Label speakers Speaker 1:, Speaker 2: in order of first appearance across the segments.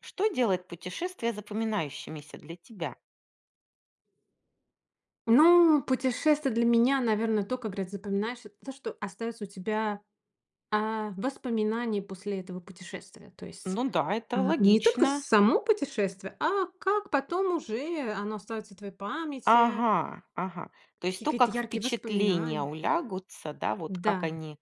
Speaker 1: Что делает путешествия запоминающимися для тебя?
Speaker 2: Ну, путешествие для меня, наверное, то, как говорят, запоминаешь, это то, что остается у тебя воспоминания после этого путешествия. То есть
Speaker 1: Ну да, это
Speaker 2: не только
Speaker 1: логично.
Speaker 2: само путешествие, а как потом уже оно остается в твоей памяти,
Speaker 1: Ага, ага. То есть то,
Speaker 2: какие-то
Speaker 1: как
Speaker 2: яркие
Speaker 1: впечатления
Speaker 2: воспоминания.
Speaker 1: улягутся, да, вот
Speaker 2: Да,
Speaker 1: как они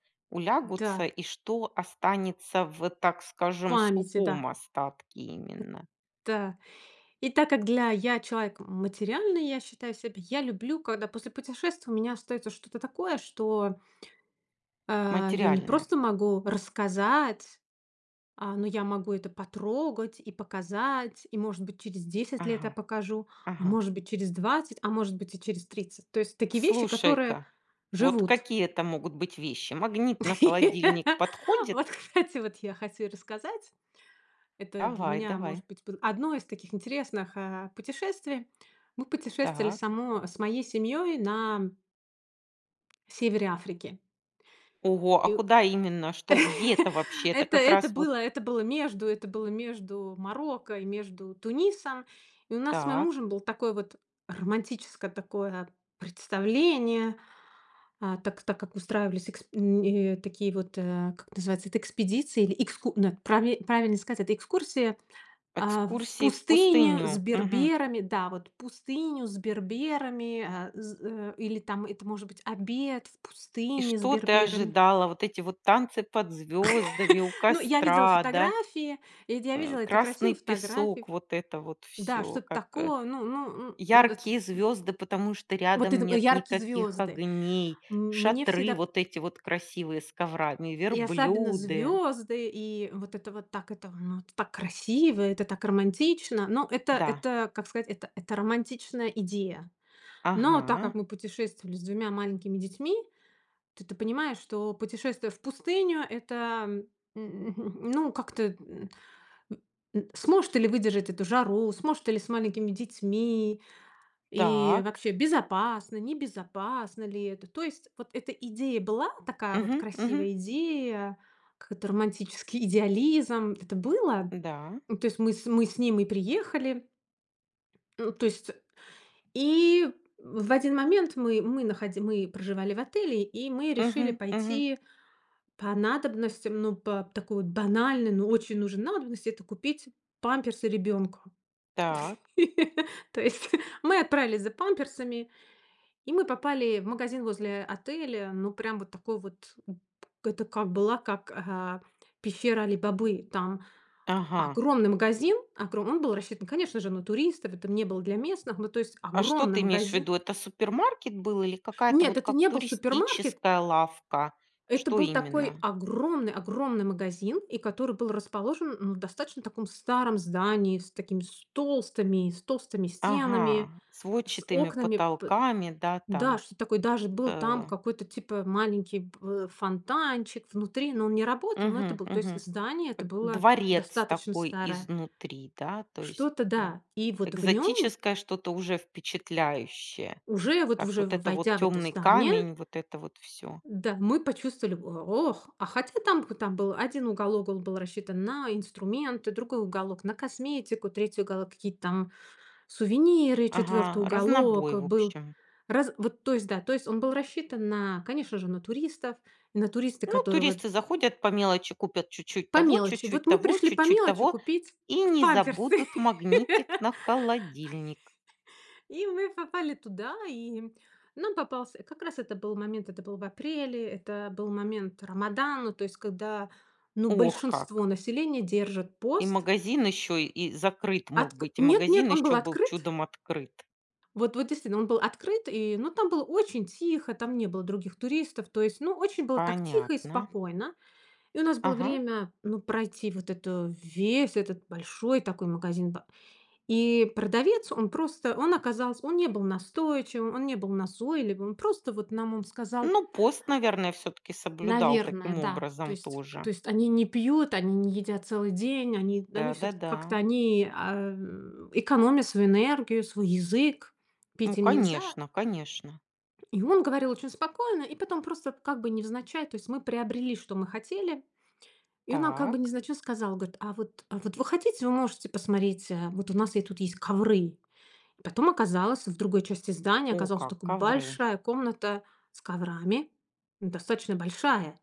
Speaker 2: да,
Speaker 1: улягутся и что останется в, так скажем,
Speaker 2: памяти, да.
Speaker 1: сухом остатке именно.
Speaker 2: Да. И так как для я человек материальный, я считаю себя, я люблю, когда после путешествия у меня остается что-то такое, что я не
Speaker 1: Материальное.
Speaker 2: просто могу рассказать, но я могу это потрогать и показать, и, может быть, через 10 лет я
Speaker 1: Ага,
Speaker 2: покажу, а
Speaker 1: ага.
Speaker 2: может быть, через 20, а может быть, и через 30. То есть такие вещи, которые
Speaker 1: Слушай-ка, вот
Speaker 2: живут.
Speaker 1: какие это могут быть вещи? Магнит на холодильник
Speaker 2: Вот,
Speaker 1: подходит?
Speaker 2: кстати, вот я хочу рассказать. Это для
Speaker 1: Давай,
Speaker 2: меня,
Speaker 1: давай.
Speaker 2: может быть, было одно из таких интересных путешествий. Мы путешествовали
Speaker 1: Так.
Speaker 2: само с моей семьей на севере Африки.
Speaker 1: Ого, а
Speaker 2: И
Speaker 1: куда именно? Что? Где это вообще? Это как раз вот.
Speaker 2: Это было между Марокко и между Тунисом. И у нас с моим
Speaker 1: Так,
Speaker 2: мужем было такое вот романтическое такое представление, так как устраивались такие вот, как называется, это экспедиции или экску нет, праве правильнее сказать, это экскурсия, в
Speaker 1: экскурсии в
Speaker 2: пустыню с
Speaker 1: пустыню. Мгм.
Speaker 2: берберами. Да, вот пустыню с берберами, или там это может быть обед в
Speaker 1: И
Speaker 2: пустыне с
Speaker 1: что ты
Speaker 2: берберами.
Speaker 1: ожидала? Вот эти вот танцы под звездами у
Speaker 2: Ну, я видела
Speaker 1: костра, да,
Speaker 2: фотографии, и я видела эти красивые
Speaker 1: красный песок,
Speaker 2: фотографии.
Speaker 1: вот это вот
Speaker 2: Да,
Speaker 1: все,
Speaker 2: что-то
Speaker 1: как
Speaker 2: такое, это
Speaker 1: яркие звезды, потому что
Speaker 2: вот
Speaker 1: рядом нет
Speaker 2: яркие
Speaker 1: никаких
Speaker 2: звезды.
Speaker 1: огней,
Speaker 2: Мне
Speaker 1: шатры
Speaker 2: всегда п
Speaker 1: вот эти вот красивые с коврами,
Speaker 2: И особенно
Speaker 1: верблюды.
Speaker 2: звезды, и вот это вот так, это, ну, это так красиво, это так романтично. Ну, это
Speaker 1: Да,
Speaker 2: это, как сказать, это романтичная идея. Но так
Speaker 1: ага,
Speaker 2: как мы путешествовали с двумя маленькими детьми, то ты понимаешь, что путешествие в пустыню— это, ну, как-то М, сможет ли выдержать эту жару, сможет ли с маленькими детьми, и
Speaker 1: так,
Speaker 2: вообще безопасно, небезопасно ли это. То есть вот эта идея была, такая вот
Speaker 1: мгм, мгм,
Speaker 2: красивая идея, какой-то романтический идеализм, это было.
Speaker 1: да,
Speaker 2: Ну, то есть мы с ним и приехали. Ну, то есть и в один момент мы проживали в отеле, и мы решили
Speaker 1: мгм, мгм,
Speaker 2: пойти по надобностям, ну, по такой вот банальной, но очень нужной надобности, это купить памперсы ребенку.
Speaker 1: так,
Speaker 2: То есть мы отправились за памперсами, и мы попали в магазин возле отеля. Ну, прям вот такой вот, это как была, пещера али. Там
Speaker 1: ага.
Speaker 2: огромный магазин, он был рассчитан, конечно же, на туристов, это не было для местных, ну, то есть
Speaker 1: А что
Speaker 2: огромный
Speaker 1: ты имеешь в
Speaker 2: магазин.
Speaker 1: виду? Это супермаркет был или какая-то
Speaker 2: Нет,
Speaker 1: вот
Speaker 2: это
Speaker 1: как
Speaker 2: не был супермаркет,
Speaker 1: туристическая лавка?
Speaker 2: это
Speaker 1: Что
Speaker 2: был такой
Speaker 1: именно?
Speaker 2: огромный-огромный магазин, и который был расположен ну, в достаточно таком старом здании, с такими с толстыми
Speaker 1: Ага,
Speaker 2: стенами, с
Speaker 1: сводчатыми
Speaker 2: окнами.
Speaker 1: потолками, да,
Speaker 2: Да,
Speaker 1: там.
Speaker 2: что такое, даже был там
Speaker 1: э,
Speaker 2: какой-то типа маленький фонтанчик внутри, но он не работал, но это
Speaker 1: Мгм,
Speaker 2: был, то есть
Speaker 1: мгм.
Speaker 2: здание это
Speaker 1: Как
Speaker 2: было
Speaker 1: Дворец
Speaker 2: достаточно
Speaker 1: такой
Speaker 2: старое.
Speaker 1: изнутри, да, то есть
Speaker 2: Что-то,
Speaker 1: э,
Speaker 2: да. И вот в нем
Speaker 1: экзотическое что-то уже впечатляющее.
Speaker 2: уже, вот
Speaker 1: Как
Speaker 2: уже
Speaker 1: вот это вот
Speaker 2: войдя в это
Speaker 1: темный
Speaker 2: здание,
Speaker 1: камень, вот это вот все.
Speaker 2: да, мы почувствовали, ох, а хотя там, там был один уголок, он был рассчитан на инструменты, другой уголок на косметику, третий уголок какие-то там сувениры, четвертый
Speaker 1: Ага,
Speaker 2: уголок,
Speaker 1: разнобой, в
Speaker 2: был
Speaker 1: общем.
Speaker 2: раз вот, то есть, да, то есть он был рассчитан на, конечно же, на туристов, и на туристы,
Speaker 1: Ну,
Speaker 2: которые вот
Speaker 1: туристы заходят по мелочи, купят чуть-чуть
Speaker 2: по
Speaker 1: того,
Speaker 2: мелочи.
Speaker 1: чуть-чуть
Speaker 2: Вот мы
Speaker 1: того,
Speaker 2: пришли по
Speaker 1: чуть-чуть
Speaker 2: мелочи
Speaker 1: того
Speaker 2: купить
Speaker 1: и не
Speaker 2: памперсы.
Speaker 1: забудут магнитик на холодильник.
Speaker 2: И мы попали туда, и нам попался как раз это был момент, это был в апреле, это был момент Рамадана, то есть когда, ну,
Speaker 1: Ох как!
Speaker 2: большинство населения держит
Speaker 1: И
Speaker 2: пост.
Speaker 1: магазин еще и закрыт мог
Speaker 2: Отк
Speaker 1: быть, и
Speaker 2: Нет-нет,
Speaker 1: магазин
Speaker 2: он был
Speaker 1: еще был
Speaker 2: открыт.
Speaker 1: чудом открыт.
Speaker 2: Вот вот действительно, он был открыт, и, ну, там было очень тихо, там не было других туристов. То есть, ну, очень было так тихо и
Speaker 1: Понятно.
Speaker 2: спокойно. И у нас было
Speaker 1: Ага.
Speaker 2: время, ну, пройти вот это весь этот большой такой магазин. И продавец, он просто, он оказался, он не был настойчивым, он не был назойливым, он просто вот нам он сказал,
Speaker 1: Ну, пост, наверное, все-таки соблюдал
Speaker 2: наверное,
Speaker 1: таким
Speaker 2: да.
Speaker 1: образом
Speaker 2: То
Speaker 1: тоже.
Speaker 2: есть они не пьют, они не едят целый день, они все-таки
Speaker 1: Да-да-да.
Speaker 2: как-то экономят свою энергию, свой язык,
Speaker 1: Ну,
Speaker 2: пить им нельзя.
Speaker 1: конечно, конечно.
Speaker 2: И он говорил очень спокойно, и потом просто как бы невзначай, то есть мы приобрели, что мы хотели. И он нам как бы
Speaker 1: Так.
Speaker 2: невзначай сказал, говорит, а вот вы хотите, вы можете посмотреть, вот у нас и тут есть ковры. И потом оказалось, в другой части здания
Speaker 1: О,
Speaker 2: оказалась
Speaker 1: как
Speaker 2: такая
Speaker 1: ковры.
Speaker 2: большая комната с коврами, ну, достаточно большая.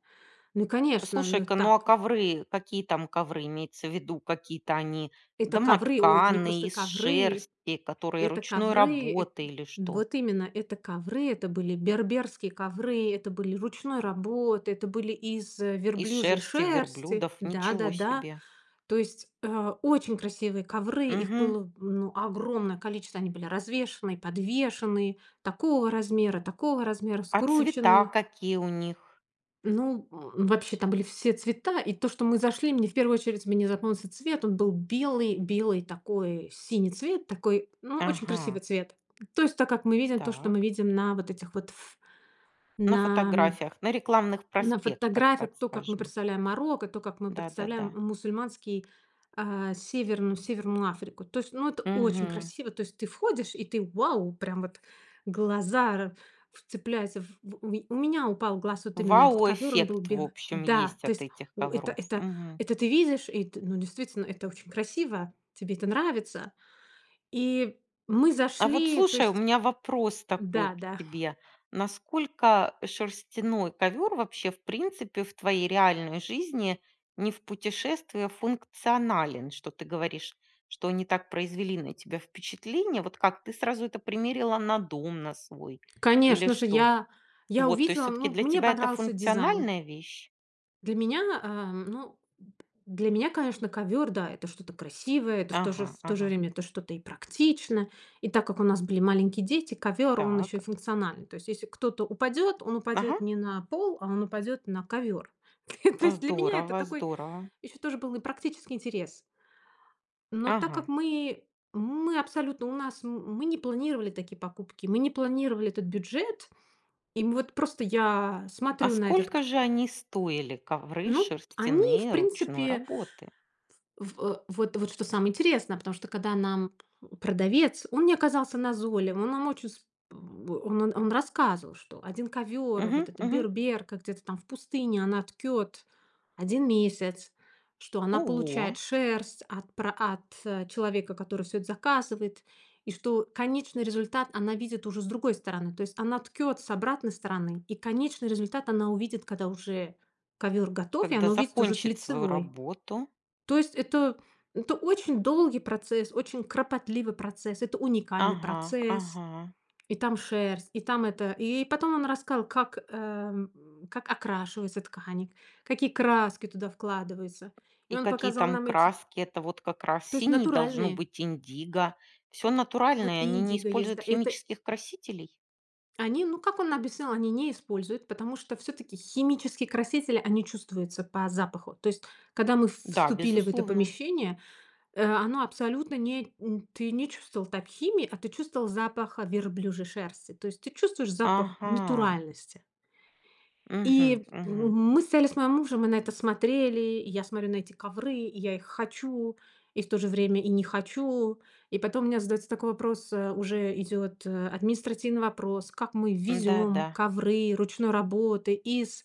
Speaker 2: Ну и, конечно, ну
Speaker 1: Слушай-ка,
Speaker 2: так,
Speaker 1: ну а ковры, какие там ковры? Имеется в виду какие-то они
Speaker 2: это ковры, ой, это не
Speaker 1: домотканые,
Speaker 2: просто
Speaker 1: из
Speaker 2: ковры.
Speaker 1: шерсти, которые
Speaker 2: Это
Speaker 1: ручной
Speaker 2: ковры, эт
Speaker 1: работы или что?
Speaker 2: вот именно, это ковры, это были берберские ковры, это были ручной работы, это были из,
Speaker 1: Из
Speaker 2: верблюжьей
Speaker 1: шерсти
Speaker 2: шерсти.
Speaker 1: верблюдов, ничего
Speaker 2: Да-да-да.
Speaker 1: себе.
Speaker 2: То есть, очень красивые ковры, их
Speaker 1: Мгм.
Speaker 2: было, ну, огромное количество. Они были развешенные, подвешенные, такого размера,
Speaker 1: А цвета
Speaker 2: скрученные.
Speaker 1: какие у них?
Speaker 2: Ну, вообще там были все цвета, и то, что мы зашли, мне в первую очередь мне запомнился цвет. Он был белый, белый такой, синий цвет, такой, ну, очень
Speaker 1: Ага,
Speaker 2: красивый цвет. То есть, так как мы видим то, что мы
Speaker 1: так.
Speaker 2: видим на вот этих вот
Speaker 1: На
Speaker 2: на
Speaker 1: фотографиях, на рекламных
Speaker 2: на
Speaker 1: проспектах,
Speaker 2: фотографиях
Speaker 1: так
Speaker 2: то, как мы
Speaker 1: скажем.
Speaker 2: представляем Марокко, то, как мы
Speaker 1: Да-да-да.
Speaker 2: представляем мусульманский, Северную Африку. То есть, ну, это очень
Speaker 1: Мгм.
Speaker 2: красиво. То есть ты входишь, и ты вау, прям вот глаза р вцепляются у меня упал глаз вот именно на этот ковер, он был
Speaker 1: Вау-эффект, в
Speaker 2: белый,
Speaker 1: общем,
Speaker 2: да,
Speaker 1: есть
Speaker 2: то
Speaker 1: от
Speaker 2: есть
Speaker 1: этих
Speaker 2: у
Speaker 1: ковров. Мгм.
Speaker 2: это ты видишь, и т ну, действительно, это очень красиво, тебе это нравится. И мы
Speaker 1: А вот
Speaker 2: зашли, то
Speaker 1: слушай, у
Speaker 2: есть
Speaker 1: меня вопрос такой
Speaker 2: да,
Speaker 1: к
Speaker 2: да.
Speaker 1: тебе. Насколько шерстяной ковер вообще, в принципе, в твоей реальной жизни, не в путешествии, функционален? Что ты говоришь, что они так произвели на тебя впечатление? Вот как ты сразу это примерила на дом на свой или
Speaker 2: Конечно же,
Speaker 1: что?
Speaker 2: я
Speaker 1: Вот, то есть
Speaker 2: увидела,
Speaker 1: все-таки
Speaker 2: ну,
Speaker 1: для
Speaker 2: мне
Speaker 1: тебя это
Speaker 2: понравился дизайн.
Speaker 1: функциональная вещь?
Speaker 2: Для меня, ну, для меня, конечно, ковер, да, это что-то красивое, это в то
Speaker 1: Ага,
Speaker 2: же, в то же
Speaker 1: ага,
Speaker 2: время это что-то и практично. И так как у нас были маленькие дети, ковер, он еще и
Speaker 1: так,
Speaker 2: функциональный. То есть, если кто-то упадет, он
Speaker 1: ага,
Speaker 2: упадет не на пол, а он упадет на ковер. То есть для меня это
Speaker 1: здорово,
Speaker 2: такой
Speaker 1: здорово,
Speaker 2: еще тоже был и практический интерес. Но так как
Speaker 1: ага.
Speaker 2: мы абсолютно у нас, м, мы не планировали такие покупки, мы не планировали этот бюджет, и вот просто я
Speaker 1: А
Speaker 2: смотрю на этот,
Speaker 1: сколько же они стоили, ковры
Speaker 2: ну, они, в
Speaker 1: шерстяные ручной
Speaker 2: принципе.
Speaker 1: работы?
Speaker 2: Вот что самое интересное, потому что когда нам продавец, он не оказался назойлив, он нам очень с он рассказывал, что один ковер,
Speaker 1: Угу,
Speaker 2: вот эта
Speaker 1: угу.
Speaker 2: берберка где-то там в пустыне, она ткет 1 месяц, что она
Speaker 1: Ого,
Speaker 2: получает шерсть от пра от, человека, который все это заказывает, и что конечный результат она видит уже с другой стороны. То есть она ткет с обратной стороны, и конечный результат она увидит, когда уже ковер готов, и
Speaker 1: когда
Speaker 2: она увидит уже с
Speaker 1: закончит свою
Speaker 2: лицевой.
Speaker 1: работу.
Speaker 2: То есть это очень долгий процесс, очень кропотливый процесс, это уникальный
Speaker 1: Ага,
Speaker 2: процесс.
Speaker 1: ага.
Speaker 2: И там шерсть, и там это. И потом он рассказал, как, как окрашивается ткань, какие краски туда вкладываются. И
Speaker 1: И
Speaker 2: он
Speaker 1: какие
Speaker 2: показал
Speaker 1: там
Speaker 2: нам эти,
Speaker 1: краски? Это вот как раз
Speaker 2: то есть
Speaker 1: синий должно
Speaker 2: натуральные.
Speaker 1: быть индиго. Все
Speaker 2: Вот
Speaker 1: натуральное,
Speaker 2: и
Speaker 1: они не
Speaker 2: индиго есть, да.
Speaker 1: используют
Speaker 2: Это
Speaker 1: химических красителей?
Speaker 2: они, ну, как он объяснил, они не используют, потому что все-таки химические красители, они чувствуются по запаху. То есть, когда мы
Speaker 1: Да,
Speaker 2: вступили в это
Speaker 1: безусловно.
Speaker 2: помещение, оно абсолютно не н ты не чувствовал там химии, а ты чувствовал запах, верблюжьей шерсти. То есть ты чувствуешь запах
Speaker 1: Ага.
Speaker 2: натуральности.
Speaker 1: Угу,
Speaker 2: И,
Speaker 1: угу.
Speaker 2: мы стояли с моим мужем и на это смотрели, и я смотрю на эти ковры, и я их хочу, и в то же время и не хочу. И потом у меня задается такой вопрос, уже идет административный вопрос, как мы
Speaker 1: Да,
Speaker 2: везем
Speaker 1: да.
Speaker 2: ковры ручной работы из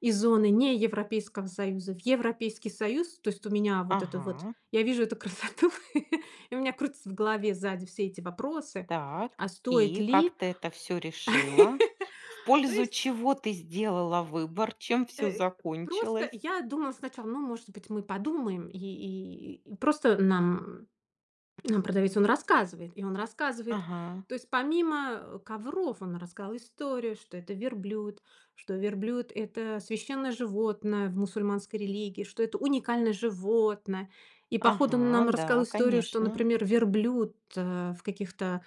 Speaker 2: из зоны не Европейского Союза в Европейский Союз. То есть у меня вот это вот
Speaker 1: Ага.
Speaker 2: я вижу эту красоту, и у меня крутятся в голове сзади все эти вопросы.
Speaker 1: Так,
Speaker 2: А стоит
Speaker 1: и
Speaker 2: ли?
Speaker 1: как ты это все решила? В
Speaker 2: То
Speaker 1: пользу
Speaker 2: есть
Speaker 1: чего ты сделала выбор? Чем все
Speaker 2: Э, просто
Speaker 1: закончилось?
Speaker 2: я думала сначала, ну, может быть, мы подумаем, и просто нам продавец, он рассказывает, и он рассказывает,
Speaker 1: Ага,
Speaker 2: то есть помимо, ковров, он рассказал историю, что это верблюд, что верблюд — это священное животное в мусульманской религии, что это уникальное животное. И походу он
Speaker 1: ага,
Speaker 2: нам рассказал
Speaker 1: да,
Speaker 2: историю, что,
Speaker 1: конечно.
Speaker 2: например, верблюд, в каких-то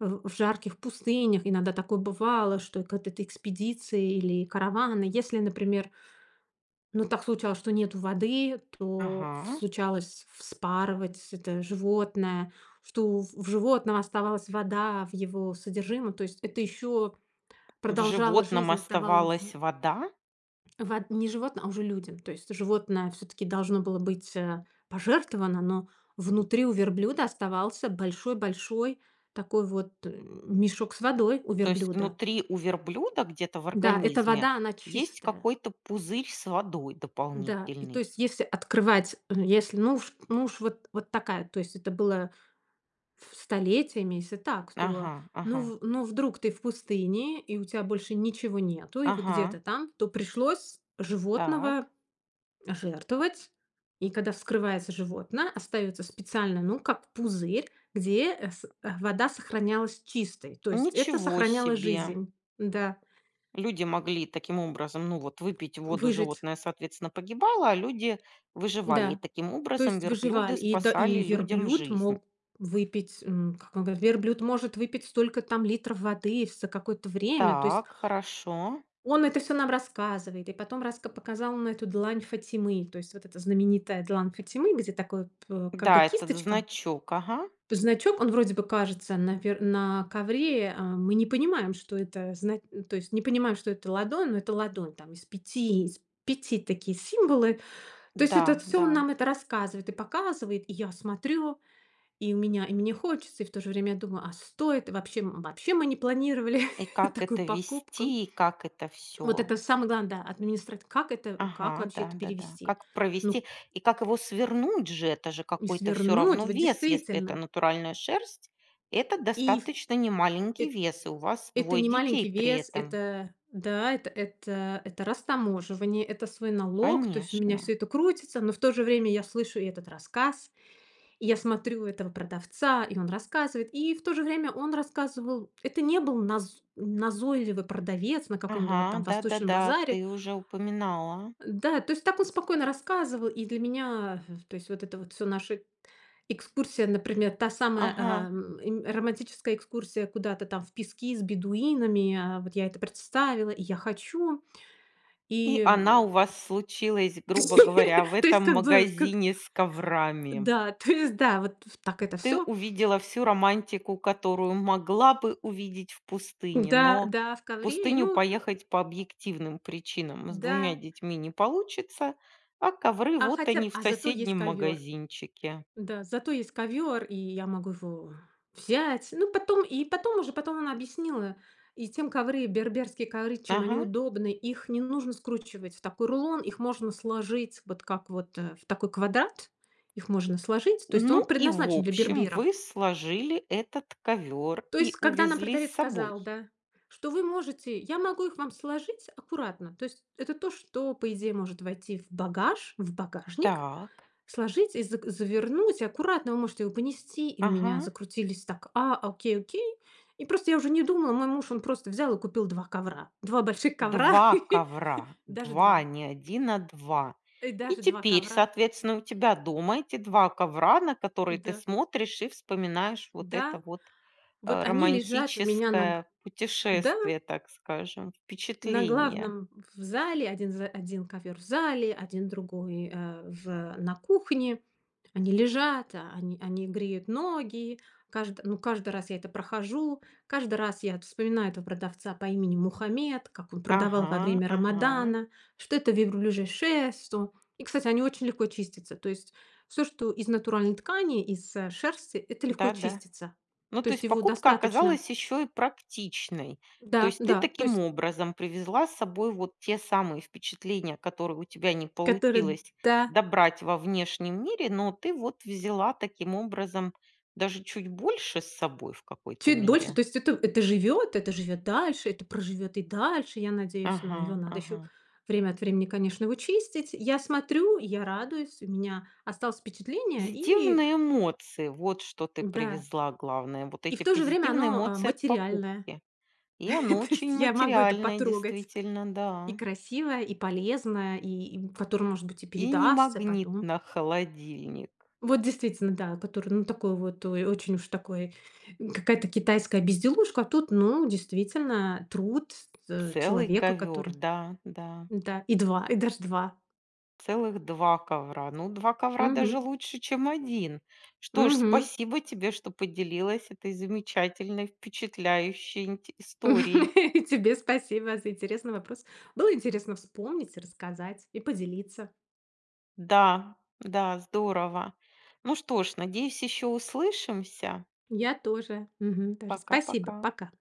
Speaker 2: в жарких пустынях, иногда такое бывало, что к от этой экспедиции или караваны, если, например, ну, так случалось, что нету воды, то в
Speaker 1: Ага.
Speaker 2: случалось вспарывать это животное, что в животном оставалась вода в его содержимом. То есть это еще
Speaker 1: В
Speaker 2: продолжало
Speaker 1: животном
Speaker 2: жизнь, это давало
Speaker 1: оставалась
Speaker 2: в
Speaker 1: вода?
Speaker 2: вод не животным, а уже людям. То есть животное все таки должно было быть, пожертвовано, но внутри у верблюда оставался большой-большой такой вот, мешок с водой у
Speaker 1: То есть
Speaker 2: верблюда.
Speaker 1: внутри у верблюда где-то в
Speaker 2: Да, эта
Speaker 1: организме
Speaker 2: вода, она
Speaker 1: есть
Speaker 2: чистая.
Speaker 1: какой-то пузырь с водой
Speaker 2: Да, и то
Speaker 1: дополнительный?
Speaker 2: есть если открывать, если, ну уж вот такая, то есть это было в столетиями, если так, то
Speaker 1: Ага,
Speaker 2: ну
Speaker 1: ага,
Speaker 2: в ну вдруг ты в пустыне, и у тебя больше ничего нету, и вы где-то
Speaker 1: ага.
Speaker 2: там, то пришлось животного
Speaker 1: Так.
Speaker 2: жертвовать. И когда вскрывается животное, остается специально, ну, как пузырь, где вода сохранялась чистой. То есть это
Speaker 1: Ничего
Speaker 2: сохраняло
Speaker 1: себе!
Speaker 2: жизнь. Да,
Speaker 1: Люди могли таким образом, ну вот, выпить воду,
Speaker 2: выжить.
Speaker 1: животное, соответственно, погибало, а люди выживали. И
Speaker 2: Да.
Speaker 1: таким
Speaker 2: То
Speaker 1: образом
Speaker 2: есть
Speaker 1: верблюды
Speaker 2: выживали. И да, и
Speaker 1: спасали людям
Speaker 2: верблюд
Speaker 1: жизнь.
Speaker 2: мог выпить, как он говорит, верблюд может выпить столько там литров воды за какое-то время. То есть
Speaker 1: Так, хорошо.
Speaker 2: он это все нам рассказывает. И потом раска показал на эту длань Фатимы. То есть вот эта знаменитая длань Фатимы, где такой как бы
Speaker 1: Да, этот
Speaker 2: кисточка,
Speaker 1: значок, ага.
Speaker 2: значок, он вроде бы кажется на ковре, а мы не понимаем, что это зна то есть не понимаем, что это ладонь, но это ладонь там из пяти такие символы. То есть это
Speaker 1: Да,
Speaker 2: все
Speaker 1: да.
Speaker 2: он нам это рассказывает и показывает, и я смотрю. И у меня и мне хочется, и в то же время я думаю: "А стоит? Вообще вообще мы не планировали
Speaker 1: И как
Speaker 2: такую
Speaker 1: это
Speaker 2: покупку".
Speaker 1: вести, и как это
Speaker 2: Вот
Speaker 1: все.
Speaker 2: это самое главное, да, администрат как это как
Speaker 1: Ага,
Speaker 2: вообще
Speaker 1: да,
Speaker 2: это
Speaker 1: да, да.
Speaker 2: перевести?
Speaker 1: Как
Speaker 2: Ну,
Speaker 1: провести, и как его свернуть же, это же
Speaker 2: и
Speaker 1: какой-то все
Speaker 2: свернуть,
Speaker 1: равно
Speaker 2: вот
Speaker 1: вес, если это
Speaker 2: действительно.
Speaker 1: натуральная шерсть, это
Speaker 2: И в
Speaker 1: достаточно немаленький
Speaker 2: эт
Speaker 1: вес, и у вас
Speaker 2: Это
Speaker 1: двое
Speaker 2: не
Speaker 1: детей
Speaker 2: маленький
Speaker 1: при
Speaker 2: вес,
Speaker 1: этом.
Speaker 2: это да, это это растаможивание, это свой налог, то есть у меня все
Speaker 1: Конечно.
Speaker 2: это крутится, но в то же время я слышу и этот рассказ. И я смотрю этого продавца, и он рассказывает. И в то же время он рассказывал, это не был назойливый продавец на каком-то
Speaker 1: Ага,
Speaker 2: вот там восточном
Speaker 1: да-да-да,
Speaker 2: базаре.
Speaker 1: ты уже упоминала.
Speaker 2: Да, то есть так он спокойно рассказывал, и для меня, то есть вот это вот все наша экскурсия, например, та самая
Speaker 1: Ага.
Speaker 2: романтическая экскурсия куда-то там в пески с бедуинами, а, вот я это представила, и я хочу, и
Speaker 1: И она у
Speaker 2: м,
Speaker 1: вас случилась, грубо говоря, в
Speaker 2: то есть
Speaker 1: этом
Speaker 2: как бы, как,
Speaker 1: магазине с коврами.
Speaker 2: да, то есть да, вот вот так это
Speaker 1: Ты
Speaker 2: все,
Speaker 1: увидела всю романтику, которую могла бы увидеть в пустыне,
Speaker 2: да,
Speaker 1: но
Speaker 2: да, в
Speaker 1: в
Speaker 2: ковре,
Speaker 1: пустыню
Speaker 2: ну,
Speaker 1: поехать по объективным причинам с двумя
Speaker 2: да,
Speaker 1: детьми не получится, а ковры
Speaker 2: а
Speaker 1: вот
Speaker 2: хотя б
Speaker 1: они в
Speaker 2: а зато есть
Speaker 1: соседнем
Speaker 2: ковер.
Speaker 1: магазинчике.
Speaker 2: Да, зато есть ковер, и я могу его взять. Ну, потом она объяснила, и тем ковры, берберские ковры, чем они
Speaker 1: Ага.
Speaker 2: удобны. Их не нужно скручивать в такой рулон, их можно сложить вот как вот, в такой квадрат. Их можно сложить, то есть он
Speaker 1: Ну и в
Speaker 2: предназначен для
Speaker 1: общем,
Speaker 2: берберов.
Speaker 1: вы сложили этот ковер
Speaker 2: То есть
Speaker 1: и
Speaker 2: когда нам
Speaker 1: увезли с
Speaker 2: продавец
Speaker 1: собой.
Speaker 2: сказал, да, что вы можете я могу их вам сложить аккуратно. То есть это то, что, по идее, может войти в багаж, в багажник.
Speaker 1: Так,
Speaker 2: Сложить и зак завернуть, и аккуратно вы можете его понести. И у
Speaker 1: ага.
Speaker 2: меня закрутились так: "А, окей, окей". И просто я уже не думала. Мой муж, он просто взял и купил два ковра. Два больших ковра,
Speaker 1: Два ковра,
Speaker 2: даже
Speaker 1: два,
Speaker 2: 2,
Speaker 1: не один, а 2.
Speaker 2: и
Speaker 1: И
Speaker 2: даже 2
Speaker 1: теперь,
Speaker 2: ковра.
Speaker 1: соответственно, у тебя дома эти 2 ковра, на которые ты
Speaker 2: Да,
Speaker 1: смотришь и вспоминаешь вот это
Speaker 2: да,
Speaker 1: вот,
Speaker 2: вот они лежат у меня на г
Speaker 1: романтическое
Speaker 2: да,
Speaker 1: путешествие, так скажем,
Speaker 2: на
Speaker 1: впечатление.
Speaker 2: главном в зале. Один ковер в зале, один другой, э, в на кухне. Они лежат, а они греют ноги. Ну, каждый раз я это прохожу. Каждый раз я вспоминаю этого продавца по имени Мухаммед, как он продавал
Speaker 1: Ага,
Speaker 2: во время
Speaker 1: ага.
Speaker 2: Рамадана, что это верблюжье шерсть. Что... И, кстати, они очень легко чистятся. То есть все, что из натуральной ткани, из шерсти, это легко
Speaker 1: Да-да.
Speaker 2: чистится.
Speaker 1: Ну,
Speaker 2: То
Speaker 1: то
Speaker 2: есть
Speaker 1: есть
Speaker 2: его
Speaker 1: покупка
Speaker 2: достаточно.
Speaker 1: оказалась еще и практичной. То
Speaker 2: Да,
Speaker 1: есть ты
Speaker 2: да. То
Speaker 1: таким
Speaker 2: есть,
Speaker 1: образом привезла с собой вот те самые впечатления, которые у тебя не
Speaker 2: который...
Speaker 1: получилось
Speaker 2: Да,
Speaker 1: добрать во внешнем мире, но ты вот взяла таким образом даже чуть больше с собой в какой-то
Speaker 2: чуть дольше, то
Speaker 1: мере.
Speaker 2: есть это живет дальше, это проживет и дальше, я надеюсь. Но
Speaker 1: Ага,
Speaker 2: его надо еще
Speaker 1: ага.
Speaker 2: время от времени, конечно, его чистить. Я смотрю, я радуюсь, у меня осталось впечатление, и
Speaker 1: Позитивные эмоции, вот что ты
Speaker 2: да.
Speaker 1: привезла главное, вот
Speaker 2: И в
Speaker 1: эти
Speaker 2: то же время
Speaker 1: позитивные
Speaker 2: оно, а,
Speaker 1: эмоции от
Speaker 2: материальное.
Speaker 1: покупки. И оно
Speaker 2: То
Speaker 1: очень
Speaker 2: есть я могу это
Speaker 1: материальное,
Speaker 2: потрогать.
Speaker 1: действительно,
Speaker 2: И
Speaker 1: да.
Speaker 2: красивое, и полезное, и которое, может быть, и
Speaker 1: И не
Speaker 2: передастся
Speaker 1: магнит
Speaker 2: потом.
Speaker 1: на холодильник.
Speaker 2: Вот действительно, да, который, ну, такой вот, ой, очень уж такой, какая-то китайская безделушка, а тут, ну, действительно, труд,
Speaker 1: Целый
Speaker 2: человека,
Speaker 1: ковер,
Speaker 2: который
Speaker 1: да, да.
Speaker 2: да, и два, и даже 2.
Speaker 1: Целых 2 ковра. Ну, 2 ковра
Speaker 2: Мгм.
Speaker 1: даже лучше, чем один. Что ж,
Speaker 2: Мгм.
Speaker 1: спасибо тебе, что поделилась этой замечательной, впечатляющей инте историей.
Speaker 2: И тебе спасибо за интересный вопрос. Было интересно вспомнить, рассказать и поделиться.
Speaker 1: Да, да, здорово. Ну что ж, надеюсь, еще услышимся.
Speaker 2: Я тоже. Мгм. Даже спасибо.
Speaker 1: Пока-пока.
Speaker 2: Пока.